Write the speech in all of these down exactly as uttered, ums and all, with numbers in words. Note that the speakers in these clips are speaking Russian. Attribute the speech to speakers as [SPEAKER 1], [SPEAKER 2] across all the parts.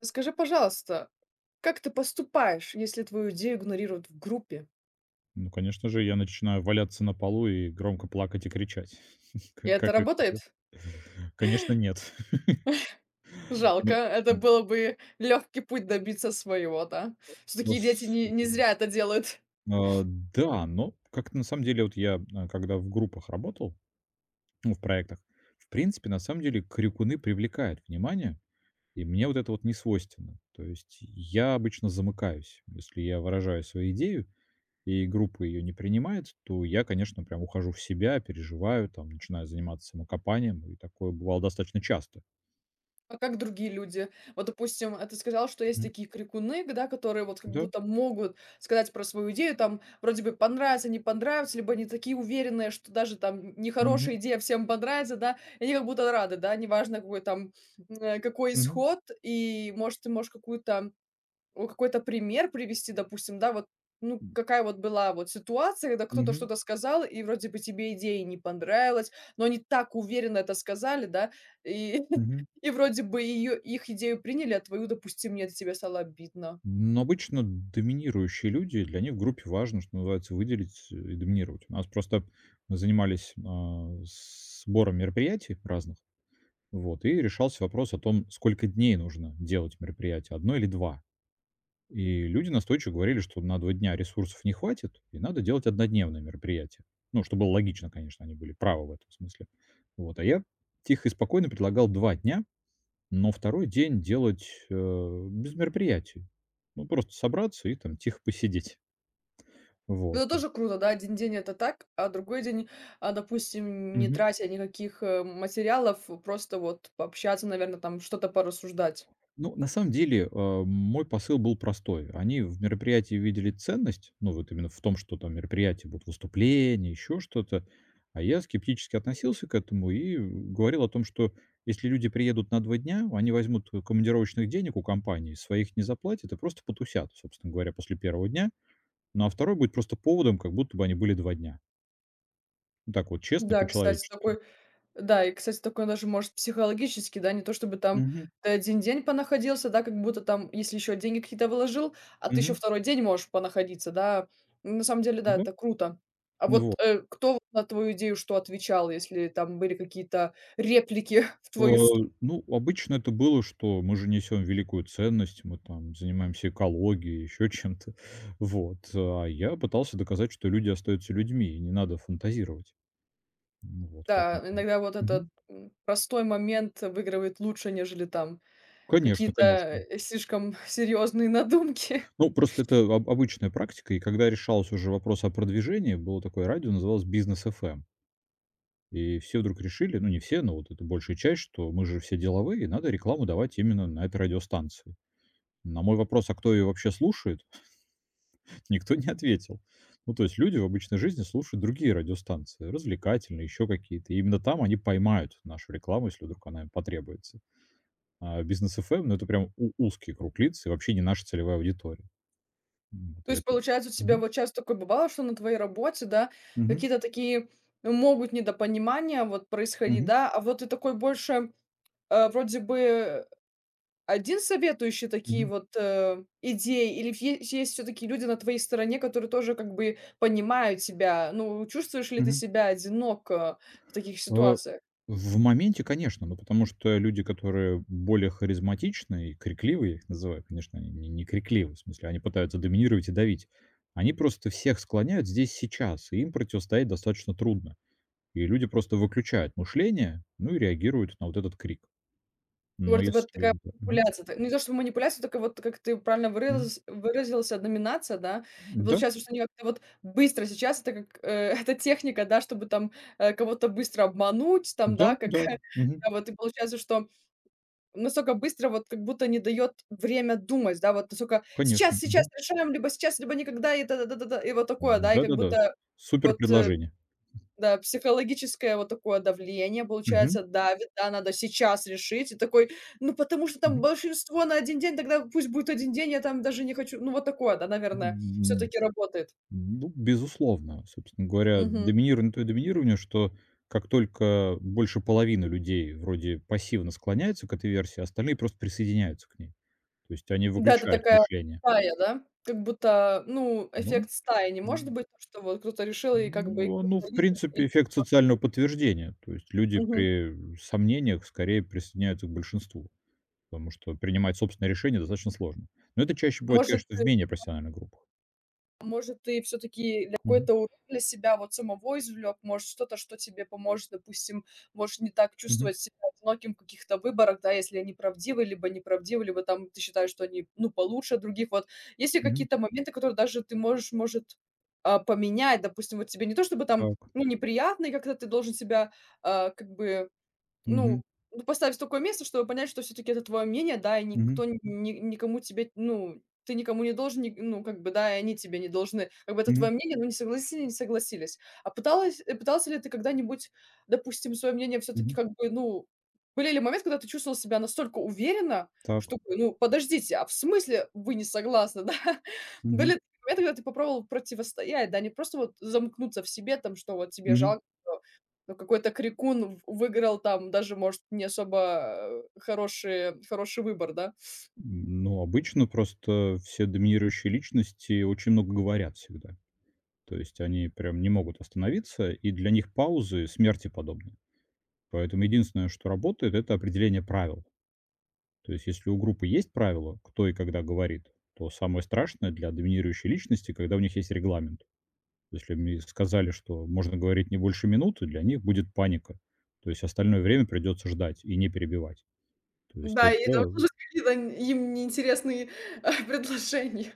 [SPEAKER 1] Скажи, пожалуйста, как ты поступаешь, если твою идею игнорируют в группе?
[SPEAKER 2] Ну, конечно же, я начинаю валяться на полу и громко плакать и кричать.
[SPEAKER 1] И
[SPEAKER 2] К
[SPEAKER 1] это
[SPEAKER 2] как как как-
[SPEAKER 1] работает?
[SPEAKER 2] Конечно, нет.
[SPEAKER 1] Жалко,
[SPEAKER 2] Ну,
[SPEAKER 1] это было бы легкий путь добиться своего, да?
[SPEAKER 2] но
[SPEAKER 1] Все-таки дети
[SPEAKER 2] с
[SPEAKER 1] не, не зря это делают.
[SPEAKER 2] А, да, но как-то на самом деле вот я, а, когда в группах работал, ну, в проектах, в принципе, на самом деле крикуны привлекают внимание, и мне вот это вот не свойственно. То есть я обычно замыкаюсь, если я выражаю свою идею, и группа ее не принимает, то я, конечно, прям ухожу в себя, переживаю, там, начинаю заниматься самокопанием, и такое бывало достаточно часто.
[SPEAKER 1] А как другие люди? Вот, допустим, э, ты сказал, что есть
[SPEAKER 2] Мгм.
[SPEAKER 1] такие крикуны, да, которые вот как
[SPEAKER 2] Да.
[SPEAKER 1] будто могут сказать про свою идею, там вроде бы понравится, не понравится, либо они такие уверенные, что даже там нехорошая
[SPEAKER 2] Мгм.
[SPEAKER 1] идея всем понравится, да, и они как будто рады, да, неважно какой там, э, какой
[SPEAKER 2] Мгм.
[SPEAKER 1] исход, и, может, ты можешь какую-то о, какой-то пример привести, допустим, да, вот, ну,
[SPEAKER 2] М.
[SPEAKER 1] какая вот была вот ситуация, когда кто-то
[SPEAKER 2] Мгм.
[SPEAKER 1] что-то сказал, и вроде бы тебе идея не понравилась, но они так уверенно это сказали, да, и,
[SPEAKER 2] Мгм.
[SPEAKER 1] и вроде бы ее, их идею приняли, а твою, допустим, нет, и тебе стало обидно.
[SPEAKER 2] Но обычно доминирующие люди, для них в группе важно, что называется, выделить э, и доминировать. У нас просто мы занимались, а, сбором мероприятий разных, вот, и решался вопрос о том, сколько дней нужно делать мероприятие, одно или два. И люди настойчиво говорили, что на два дня ресурсов не хватит и надо делать однодневное мероприятие. Ну, что было логично, конечно, они были правы в этом смысле. Вот, а я тихо и спокойно предлагал два дня, но второй день делать, э, без мероприятий. Ну, просто собраться и там тихо посидеть.
[SPEAKER 1] Ну, это
[SPEAKER 2] Вот.
[SPEAKER 1] тоже круто, да, один день это так, а другой день, а, допустим, не
[SPEAKER 2] Мгм.
[SPEAKER 1] тратя никаких э, материалов, просто вот пообщаться, наверное, там что-то порассуждать.
[SPEAKER 2] Ну, на самом деле, э, мой посыл был простой. Они в мероприятии видели ценность, ну, вот именно в том, что там мероприятие, будут выступления, еще что-то. А я скептически относился к этому и говорил о том, что если люди приедут на два дня, они возьмут командировочных денег у компании, своих не заплатят и просто потусят, собственно говоря, после первого дня. Ну, а второй будет просто поводом, как будто бы они были два дня. Ну, так вот, честно и
[SPEAKER 1] Да, кстати,
[SPEAKER 2] по-человечески.
[SPEAKER 1] такой Да, и, кстати, такое даже может психологически, да, не то чтобы там
[SPEAKER 2] Мгм.
[SPEAKER 1] ты один день понаходился, да, как будто там, если еще деньги какие-то вложил, а ты еще
[SPEAKER 2] Мгм.
[SPEAKER 1] второй день можешь понаходиться, да. Ну, на самом деле, да,
[SPEAKER 2] Да.
[SPEAKER 1] это круто. А
[SPEAKER 2] Ну
[SPEAKER 1] вот, э, кто вот на твою идею что отвечал, если там были какие-то реплики в
[SPEAKER 2] Э,
[SPEAKER 1] твою сто.
[SPEAKER 2] ну, обычно это было, что мы же несем великую ценность, мы там занимаемся экологией, еще чем-то. Вот. А я пытался доказать, что люди остаются людьми, и не надо фантазировать. Ну вот,
[SPEAKER 1] Да,
[SPEAKER 2] поэтому.
[SPEAKER 1] иногда вот этот,
[SPEAKER 2] Мгм.
[SPEAKER 1] м, простой момент выигрывает лучше, нежели там
[SPEAKER 2] Конечно,
[SPEAKER 1] какие-то,
[SPEAKER 2] конечно.
[SPEAKER 1] э, слишком серьезные надумки.
[SPEAKER 2] Ну, просто это об обычная практика, и когда решался уже вопрос о продвижении, было такое радио, называлось "Бизнес эф эм". И все вдруг решили, ну, не все, но вот это большая часть, что мы же все деловые, и надо рекламу давать именно на этой радиостанции. На мой вопрос, а кто ее вообще слушает, никто не ответил. Ну, то есть люди в обычной жизни слушают другие радиостанции, развлекательные, еще какие-то. И именно там они поймают нашу рекламу, если вдруг она им потребуется. А бизнес эф эм, ну, это прям у- узкий круг лиц и вообще не наша целевая аудитория. М, Вот
[SPEAKER 1] То
[SPEAKER 2] и
[SPEAKER 1] есть,
[SPEAKER 2] это.
[SPEAKER 1] получается, у тебя
[SPEAKER 2] Мгм.
[SPEAKER 1] вот щас такое бывало, что на твоей работе, да,
[SPEAKER 2] Мгм.
[SPEAKER 1] какие-то такие, ну, могут недопонимания вот происходить,
[SPEAKER 2] Мгм.
[SPEAKER 1] да, а вот ты такой больше, э, вроде бы один советующий такие
[SPEAKER 2] Мгм.
[SPEAKER 1] вот, э, идеи, или есть, есть все-таки люди на твоей стороне, которые тоже как бы понимают тебя? Ну, чувствуешь ли ты
[SPEAKER 2] Мгм.
[SPEAKER 1] себя одиноко в таких
[SPEAKER 2] Э,
[SPEAKER 1] ситуациях?
[SPEAKER 2] в моменте, конечно, ну, потому что люди, которые более харизматичные и крикливые, я их называю, конечно, они не не крикливы, в смысле, они пытаются доминировать и давить. Они просто всех склоняют здесь сейчас, и им противостоять достаточно трудно. И люди просто выключают мышление, ну и реагируют на вот этот крик.
[SPEAKER 1] Вот
[SPEAKER 2] Но
[SPEAKER 1] вроде бы такая
[SPEAKER 2] если да, мгм,
[SPEAKER 1] манипуляция. Т Не то что манипуляция, только вот как ты правильно
[SPEAKER 2] мгм.
[SPEAKER 1] выразилась выразился, доминация, да. И
[SPEAKER 2] Да,
[SPEAKER 1] получается, что они как-то вот быстро сейчас это как, э, это техника, да, чтобы там, э, кого-то быстро обмануть, там, да,
[SPEAKER 2] да,
[SPEAKER 1] как,
[SPEAKER 2] да, мгм,
[SPEAKER 1] да, вот и получается, что настолько быстро вот как будто не дает время думать, да, вот настолько: "Сейчас,
[SPEAKER 2] конечно,
[SPEAKER 1] сейчас
[SPEAKER 2] мгм.
[SPEAKER 1] решаем, либо сейчас, либо никогда", и та та та та. И вот такое, да, и как
[SPEAKER 2] Да-да-да,
[SPEAKER 1] будто
[SPEAKER 2] супер
[SPEAKER 1] вот, э
[SPEAKER 2] предложение.
[SPEAKER 1] да, психологическое вот такое давление,
[SPEAKER 2] Мгм,
[SPEAKER 1] получается, давит, да, надо сейчас решить. И такой, ну, потому что там
[SPEAKER 2] мгм.
[SPEAKER 1] большинство на один день, тогда пусть будет один день, я там даже не хочу. Ну, вот такое, да, наверное, все
[SPEAKER 2] М.
[SPEAKER 1] таки работает.
[SPEAKER 2] Ну, безусловно, собственно говоря,
[SPEAKER 1] Мгм.
[SPEAKER 2] доминирование то и доминирование, что как только больше половины людей вроде пассивно склоняются к этой версии, остальные просто присоединяются к ней. То есть они
[SPEAKER 1] Да, это
[SPEAKER 2] выключают
[SPEAKER 1] такая
[SPEAKER 2] мышление.
[SPEAKER 1] стая, да? Как будто, ну,
[SPEAKER 2] Ну,
[SPEAKER 1] эффект стаи не может
[SPEAKER 2] м,
[SPEAKER 1] быть, что вот кто-то решил, и как бы и
[SPEAKER 2] ну, ну,
[SPEAKER 1] кто-то
[SPEAKER 2] в
[SPEAKER 1] лидер, и.
[SPEAKER 2] принципе, эффект социального подтверждения. То есть люди
[SPEAKER 1] Мгм.
[SPEAKER 2] при сомнениях скорее присоединяются к большинству, потому что принимать собственное решение достаточно сложно. Но это чаще бывает,
[SPEAKER 1] Может
[SPEAKER 2] конечно, в менее профессиональных группах.
[SPEAKER 1] Может, ты все таки
[SPEAKER 2] Мгм,
[SPEAKER 1] какой-то урок для себя вот самого извлек, может, что-то, что тебе поможет, допустим, можешь не так
[SPEAKER 2] мгм,
[SPEAKER 1] чувствовать себя одиноким в каких-то выборах, да, если они правдивы, либо неправдивы, либо там ты считаешь, что они, ну, получше других. Вот есть ли
[SPEAKER 2] мгм.
[SPEAKER 1] какие-то моменты, которые даже ты можешь, может, а, поменять? Допустим, вот тебе не то чтобы там,
[SPEAKER 2] Так.
[SPEAKER 1] ну, неприятно, и как-то ты должен себя, а, как бы
[SPEAKER 2] Мгм,
[SPEAKER 1] ну, ну, поставить в такое место, чтобы понять, что все таки это твое мнение, да, и
[SPEAKER 2] мгм,
[SPEAKER 1] никто ни ни- никому тебе, ну, ты никому не должен, ни ну, как бы, да, и они тебе не должны. Как бы это
[SPEAKER 2] мгм,
[SPEAKER 1] твое мнение, ну, не согласились- не согласились. А пыталась э, пытался ли ты когда-нибудь, допустим, свое мнение все таки
[SPEAKER 2] мгм.
[SPEAKER 1] как бы, ну были ли моменты, когда ты чувствовал себя настолько уверенно,
[SPEAKER 2] Так.
[SPEAKER 1] что, ну, подождите, а в смысле вы не согласны, да?
[SPEAKER 2] Мгм.
[SPEAKER 1] Были такие моменты, когда ты попробовал противостоять, да, не просто вот замкнуться в себе, там, что вот тебе
[SPEAKER 2] Мгм.
[SPEAKER 1] жалко, что, ну, какой-то крикун в выиграл там даже, может, не особо, э, хорошие хороший выбор, да.
[SPEAKER 2] Ну, обычно просто все доминирующие личности очень много говорят всегда. То есть они прям не могут остановиться, и для них паузы смерти подобны. Поэтому единственное, что работает, это определение правил. То есть если у группы есть правила, кто и когда говорит, то самое страшное для доминирующей личности, когда у них есть регламент. Если мне сказали, что можно говорить не больше минуты, для них будет паника. То есть остальное время придется ждать и не перебивать. То есть
[SPEAKER 1] Да,
[SPEAKER 2] это.
[SPEAKER 1] и там тоже какие-то н- им неинтересные, предложения.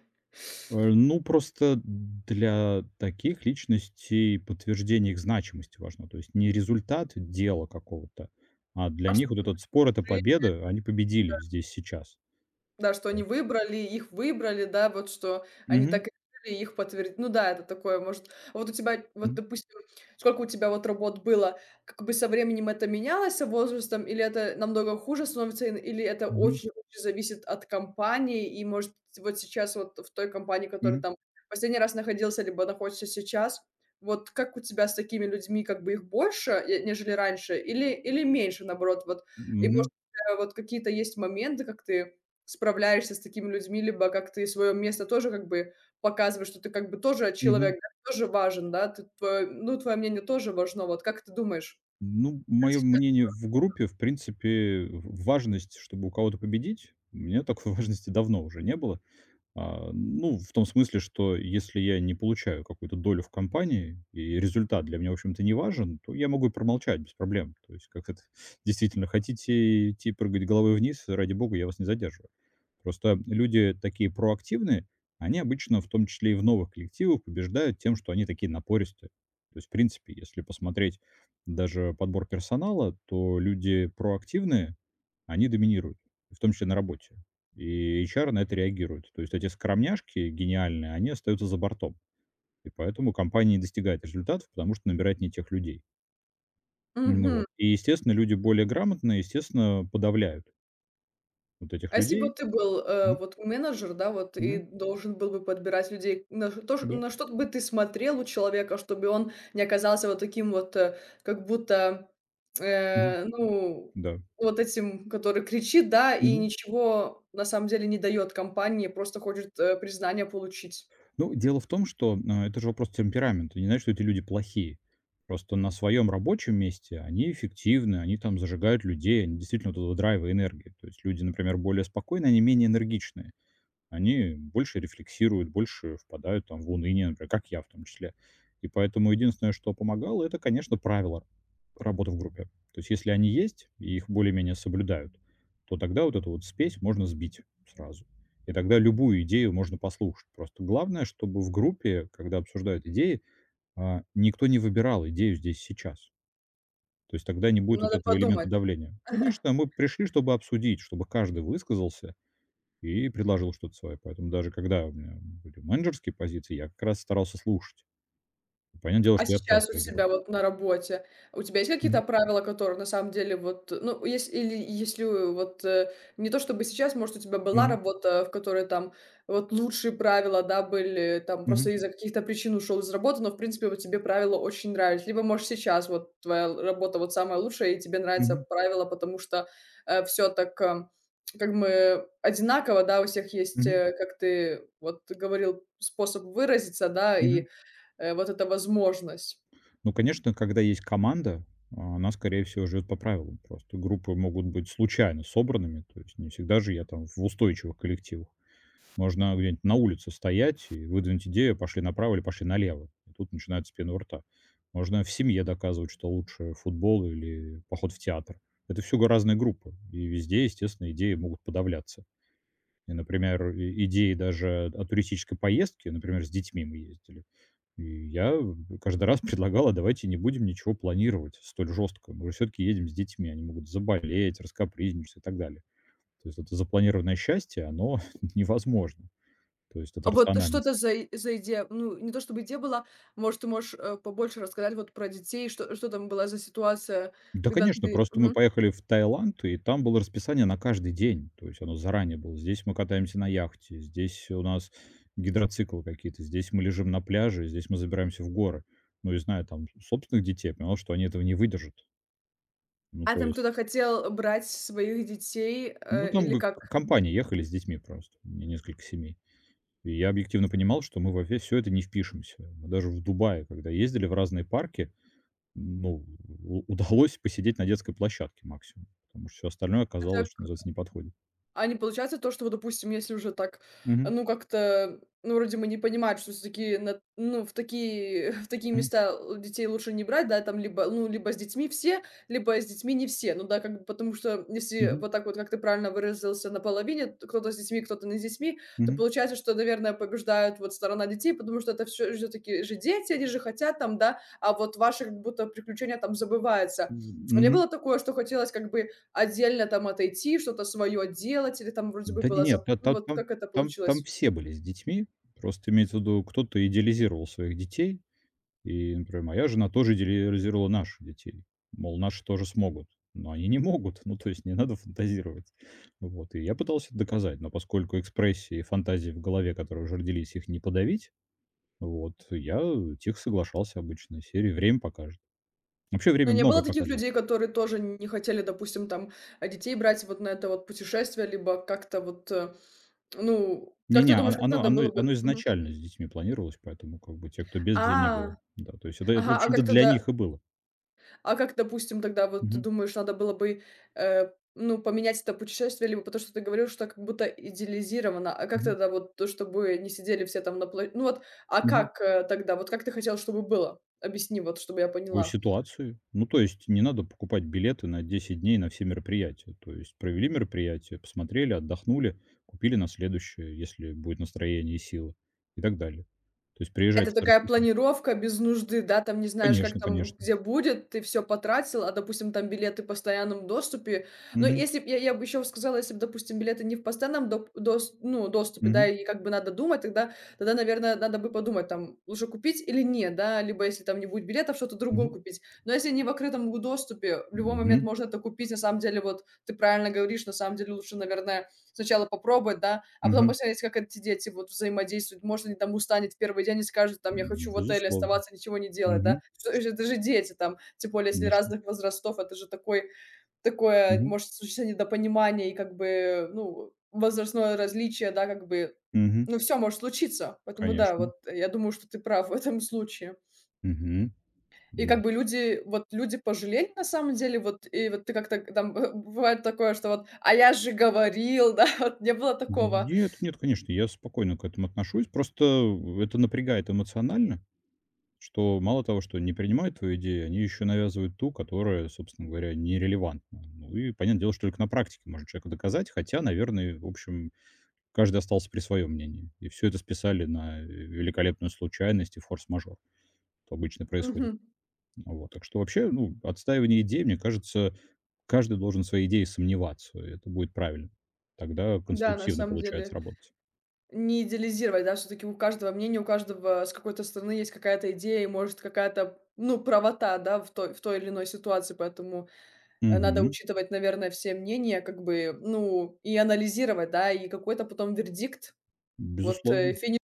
[SPEAKER 2] Э, ну, просто для таких личностей подтверждение их значимости важно. То есть не результат дела какого-то, а для
[SPEAKER 1] А что
[SPEAKER 2] них вот этот спор- это победа. Они победили здесь, сейчас.
[SPEAKER 1] Да, что они
[SPEAKER 2] Вот.
[SPEAKER 1] выбрали, их выбрали, да, вот что они
[SPEAKER 2] Мгм.
[SPEAKER 1] так решили, их подтвердить. Ну да, это такое, может. А вот у тебя, вот,
[SPEAKER 2] Мгм.
[SPEAKER 1] допустим, сколько у тебя вот работ было, как бы со временем это менялось, со возрастом, или это намного хуже становится, ин- или это
[SPEAKER 2] Мгм.
[SPEAKER 1] очень-очень зависит от компании, и, может, вот сейчас вот в той компании, которая
[SPEAKER 2] Мгм.
[SPEAKER 1] там последний раз находился, либо находится сейчас, вот как у тебя с такими людьми, как бы их больше, э, нежели раньше, или, или меньше, наоборот, вот, и,
[SPEAKER 2] Мгм.
[SPEAKER 1] может, у тебя вот какие-то есть моменты, как ты справляешься с такими людьми, либо как ты свое место тоже как бы показываешь, что ты как бы тоже
[SPEAKER 2] Мгм.
[SPEAKER 1] человек, да, тоже важен, да, ты твое ну, твое мнение тоже важно. Вот как ты думаешь?
[SPEAKER 2] Ну,
[SPEAKER 1] Как
[SPEAKER 2] мое
[SPEAKER 1] сейчас?
[SPEAKER 2] мнение в группе, в принципе, в важность, чтобы у кого-то победить, у меня такой важности давно уже не было. А, ну, в том смысле, что если я не получаю какую-то долю в компании, и результат для меня, в общем-то, не важен, то я могу и промолчать без проблем. То есть, как это, действительно, хотите идти прыгать головой вниз, ради бога, я вас не задерживаю. Просто люди такие проактивные, они обычно, в том числе и в новых коллективах, побеждают тем, что они такие напористые. То есть, в принципе, если посмотреть даже подбор персонала, то люди проактивные, они доминируют, в том числе на работе. И эйч ар на это реагирует. То есть эти скромняшки гениальные, они остаются за бортом. И поэтому компания не достигает результатов, потому что набирает не тех людей. Ну
[SPEAKER 1] Мгм.
[SPEAKER 2] вот. И, естественно, люди более грамотные, естественно, подавляют вот
[SPEAKER 1] А
[SPEAKER 2] этих
[SPEAKER 1] если бы
[SPEAKER 2] людей.
[SPEAKER 1] ты был, э,
[SPEAKER 2] Мгм.
[SPEAKER 1] вот менеджер, да, вот и
[SPEAKER 2] Мгм.
[SPEAKER 1] должен был бы подбирать людей, на то ш
[SPEAKER 2] Да.
[SPEAKER 1] на что бы ты смотрел у человека, чтобы он не оказался вот таким вот, э, как будто,
[SPEAKER 2] Мгм.
[SPEAKER 1] э, ну,
[SPEAKER 2] Да.
[SPEAKER 1] вот этим, который кричит, да, и ничего на самом деле не дает компании, просто хочет, э, признания получить?
[SPEAKER 2] Ну, дело в том, что, а, это же вопрос темперамента. Не значит, что эти люди плохие. Просто на своем рабочем месте они эффективны, они там зажигают людей, они действительно вот этого драйва и энергии. То есть люди, например, более спокойные, они менее энергичные. Они больше рефлексируют, больше впадают там в уныние, например, как я в том числе. И поэтому единственное, что помогало, это, конечно, правила работы в группе. То есть если они есть и их более-менее соблюдают, то тогда вот эту вот спесь можно сбить сразу. И тогда любую идею можно послушать. Просто главное, чтобы в группе, когда обсуждают идеи, а, никто не выбирал идею здесь сейчас. То есть тогда не будет вот
[SPEAKER 1] Надо
[SPEAKER 2] этого элемента
[SPEAKER 1] подумать.
[SPEAKER 2] давления. Конечно, мы пришли, чтобы обсудить, чтобы каждый высказался, и предложил что-то свое. Поэтому даже когда у меня были менеджерские позиции, я как раз старался слушать. Понятное дело,
[SPEAKER 1] А
[SPEAKER 2] что я так
[SPEAKER 1] сейчас у
[SPEAKER 2] реагировал.
[SPEAKER 1] тебя вот на работе, у тебя есть какие-то
[SPEAKER 2] Мгм.
[SPEAKER 1] правила, которые на самом деле вот, ну, если или если вот, э, не то чтобы сейчас, может, у тебя была
[SPEAKER 2] Мгм.
[SPEAKER 1] работа, в которой там вот лучшие правила, да, были, там просто
[SPEAKER 2] Мгм.
[SPEAKER 1] из-за каких-то причин ушел из работы, но в принципе вот тебе правила очень нравились. Либо, может, сейчас вот твоя л работа вот самая лучшая, и тебе нравятся
[SPEAKER 2] Мгм.
[SPEAKER 1] правила, потому что, все так, э, как мы одинаково, да, у всех есть,
[SPEAKER 2] Мгм.
[SPEAKER 1] э, как ты вот говорил, способ выразиться, да, и
[SPEAKER 2] Мгм.
[SPEAKER 1] Э, вот эта возможность.
[SPEAKER 2] Ну, конечно, когда есть команда, а, она, скорее всего, живет по правилам. Просто группы могут быть случайно собранными. То есть не всегда же я там в устойчивых коллективах. Можно где-нибудь на улице стоять и выдвинуть идею: "Пошли направо или пошли налево". И тут начинают спина у рта. Можно в семье доказывать, что лучше футбол или поход в театр. Это все г разные группы, и везде, естественно, идеи могут подавляться. И, например, и идеи даже о туристической поездке, например, с детьми мы ездили, и я каждый раз предлагал: "А давайте не будем ничего планировать столь жестко. Мы же всё-таки едем с детьми, они могут заболеть, раскапризничаться и так далее". То есть это запланированное счастье, оно невозможно. То есть
[SPEAKER 1] А
[SPEAKER 2] это
[SPEAKER 1] вот что
[SPEAKER 2] рациональность.
[SPEAKER 1] это за и за идея? Ну, не то чтобы идея была, может, ты можешь, э, побольше рассказать вот про детей, что что там была за ситуация,
[SPEAKER 2] Да,
[SPEAKER 1] когда
[SPEAKER 2] конечно,
[SPEAKER 1] ты
[SPEAKER 2] просто мы
[SPEAKER 1] мгм.
[SPEAKER 2] поехали в Таиланд, и там было расписание на каждый день. То есть оно заранее было. Здесь мы катаемся на яхте, здесь у нас гидроциклы какие-то, здесь мы лежим на пляже, здесь мы забираемся в горы. Ну и зная там собственных детей, я понимал, что они этого не выдержат. Ну,
[SPEAKER 1] А
[SPEAKER 2] то
[SPEAKER 1] там
[SPEAKER 2] есть,
[SPEAKER 1] кто-то хотел брать своих детей,
[SPEAKER 2] ну
[SPEAKER 1] э,
[SPEAKER 2] там
[SPEAKER 1] или
[SPEAKER 2] г-
[SPEAKER 1] как?
[SPEAKER 2] Компания ехали с детьми просто, не- несколько семей. И я объективно понимал, что мы во все это не впишемся. Мы даже в Дубае, когда ездили в разные парки, Ну, у удалось посидеть на детской площадке максимум, потому что все остальное оказалось, что называется, не подходит.
[SPEAKER 1] А не получается то, что вот, допустим, если уже так,
[SPEAKER 2] Мгм,
[SPEAKER 1] ну, как-то, ну, вроде мы не понимаем, что все таки ну, в такие в такие
[SPEAKER 2] мгм,
[SPEAKER 1] места л детей лучше не брать, да, там либо, ну, либо с детьми все, либо с детьми не все. Ну да, как бы потому что если
[SPEAKER 2] мгм,
[SPEAKER 1] вот так вот, как ты правильно выразился, наполовине, т кто-то с детьми, кто-то не с детьми, то
[SPEAKER 2] мгм,
[SPEAKER 1] получается, что, наверное, побеждают вот сторона детей, потому что это все все таки же дети, они же хотят там, да, а вот ваши как будто приключения там забываются. У меня
[SPEAKER 2] мгм.
[SPEAKER 1] было такое, что хотелось как бы отдельно там отойти, что-то свое делать или там вроде бы
[SPEAKER 2] Да не
[SPEAKER 1] было
[SPEAKER 2] Нет,
[SPEAKER 1] за
[SPEAKER 2] та
[SPEAKER 1] ну,
[SPEAKER 2] та
[SPEAKER 1] вот
[SPEAKER 2] там
[SPEAKER 1] как это
[SPEAKER 2] там там
[SPEAKER 1] получилось?
[SPEAKER 2] все были с детьми. Просто имеется в виду, кто-то идеализировал своих детей. И, например, моя жена тоже идеализировала наших детей. Мол, наши тоже смогут. Но они не могут. Ну, то есть не надо фантазировать. Вот. И я пытался это доказать, но поскольку экспрессии и фантазии в голове, которые уже родились, их не подавить. Вот, я тихо соглашался обычно, из серии "время покажет". Вообще
[SPEAKER 1] Но
[SPEAKER 2] время
[SPEAKER 1] не было
[SPEAKER 2] многое
[SPEAKER 1] таких
[SPEAKER 2] показывает.
[SPEAKER 1] людей, которые тоже не хотели, допустим, там, а, детей брать вот на это вот путешествие, либо как-то вот, э, ну, как ты
[SPEAKER 2] Не-не, о
[SPEAKER 1] думаешь, как
[SPEAKER 2] оно
[SPEAKER 1] надо
[SPEAKER 2] оно
[SPEAKER 1] было бы?
[SPEAKER 2] оно
[SPEAKER 1] Мгм.
[SPEAKER 2] изначально с детьми планировалось, поэтому как бы те кто без,
[SPEAKER 1] А,
[SPEAKER 2] детей не было. Да, то есть это это, в
[SPEAKER 1] ага, а
[SPEAKER 2] общем-то,
[SPEAKER 1] как
[SPEAKER 2] для
[SPEAKER 1] тогда
[SPEAKER 2] них и было.
[SPEAKER 1] а как, допустим, тогда вот ты
[SPEAKER 2] Мгм,
[SPEAKER 1] думаешь, надо было бы, э, ну, поменять это путешествие, либо потому что ты говорил, что как будто идеализировано. А как
[SPEAKER 2] мгм,
[SPEAKER 1] тогда вот то, чтобы не сидели все там на пла Ну вот, а
[SPEAKER 2] мгм.
[SPEAKER 1] как, э, тогда? Вот как ты хотел, чтобы было? Объясни, вот чтобы я
[SPEAKER 2] По
[SPEAKER 1] поняла.
[SPEAKER 2] ситуации. Ну, то есть не надо покупать билеты на десять дней на все мероприятия. То есть провели мероприятие, посмотрели, отдохнули, купили на следующее, если будет настроение и сила и так далее. То есть
[SPEAKER 1] Это
[SPEAKER 2] приезжать с
[SPEAKER 1] такая
[SPEAKER 2] расписанием.
[SPEAKER 1] планировка без нужды, да, там не знаешь, как
[SPEAKER 2] Конечно,
[SPEAKER 1] там,
[SPEAKER 2] конечно.
[SPEAKER 1] где будет, ты все потратил, а, допустим, там билеты в постоянном доступе. Но
[SPEAKER 2] Мгм,
[SPEAKER 1] если б я я бы еще сказала, если б, допустим, билеты не в постоянном доп дос ну, доступе, да,
[SPEAKER 2] мгм,
[SPEAKER 1] и как бы надо думать, тогда тогда, наверное, надо бы подумать, там, лучше купить или нет, да, либо если там не будет билетов, что-то другое
[SPEAKER 2] мгм,
[SPEAKER 1] купить. Но если не в открытом доступе, в любой момент
[SPEAKER 2] мгм,
[SPEAKER 1] можно это купить. На самом деле, вот ты правильно говоришь, на самом деле лучше, наверное, сначала попробовать, да, а потом
[SPEAKER 2] мгм.
[SPEAKER 1] посмотреть, как эти дети вот взаимодействуют. Может, они там устанет в первый день и скажут, там, я хочу
[SPEAKER 2] М,
[SPEAKER 1] в отеле
[SPEAKER 2] безусловно.
[SPEAKER 1] оставаться, ничего не делать, да.
[SPEAKER 2] Мгм.
[SPEAKER 1] Что это же дети там, тем более, если
[SPEAKER 2] Конечно.
[SPEAKER 1] разных возрастов, это же такой такое
[SPEAKER 2] Мгм.
[SPEAKER 1] может случиться недопонимание и как бы, ну, возрастное различие, да, как бы,
[SPEAKER 2] Мгм.
[SPEAKER 1] ну, все может случиться. Поэтому да,
[SPEAKER 2] Конечно.
[SPEAKER 1] вот э, я думаю, что ты прав в этом случае.
[SPEAKER 2] Мгм.
[SPEAKER 1] И
[SPEAKER 2] М.
[SPEAKER 1] как бы люди, вот люди пожалели на самом деле, вот и вот ты как-то там бывает такое, что вот: "А я же говорил", да, вот не было такого?
[SPEAKER 2] Нет, нет, конечно, я спокойно к этому отношусь. Просто это напрягает эмоционально, что мало того, что не принимают твою идею, они еще навязывают ту, которая, собственно говоря, нерелевантна. Ну и понятное дело, что только на практике можно человеку доказать, хотя, наверное, в общем, каждый остался при своем мнении. И все это списали на великолепную случайность и форс-мажор, что обычно происходит.
[SPEAKER 1] Мгм.
[SPEAKER 2] Вот. Так что вообще, ну, отстаивание идей, мне кажется, каждый должен в своей идее сомневаться, и это будет правильно. Тогда
[SPEAKER 1] Да, на
[SPEAKER 2] конструктивно
[SPEAKER 1] самом
[SPEAKER 2] получается
[SPEAKER 1] деле,
[SPEAKER 2] работать.
[SPEAKER 1] не идеализировать, да, всё-таки у каждого мнение, у каждого с какой-то стороны есть какая-то идея и, может, какая-то, ну, правота, да, в той в той или иной ситуации, поэтому, э, надо
[SPEAKER 2] Мгм.
[SPEAKER 1] учитывать, наверное, все мнения, как бы, ну, и анализировать, да, и какой-то потом вердикт, вот, э,
[SPEAKER 2] Безусловно.
[SPEAKER 1] финишный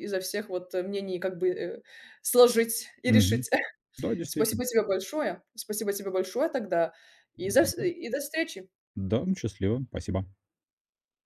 [SPEAKER 1] изо всех вот э, мнений как бы, э, сложить и
[SPEAKER 2] Мгм.
[SPEAKER 1] решить.
[SPEAKER 2] Да, действительно.
[SPEAKER 1] Спасибо тебе большое. Спасибо тебе большое тогда и за вс
[SPEAKER 2] Да.
[SPEAKER 1] и до встречи.
[SPEAKER 2] Да, счастливо. Спасибо.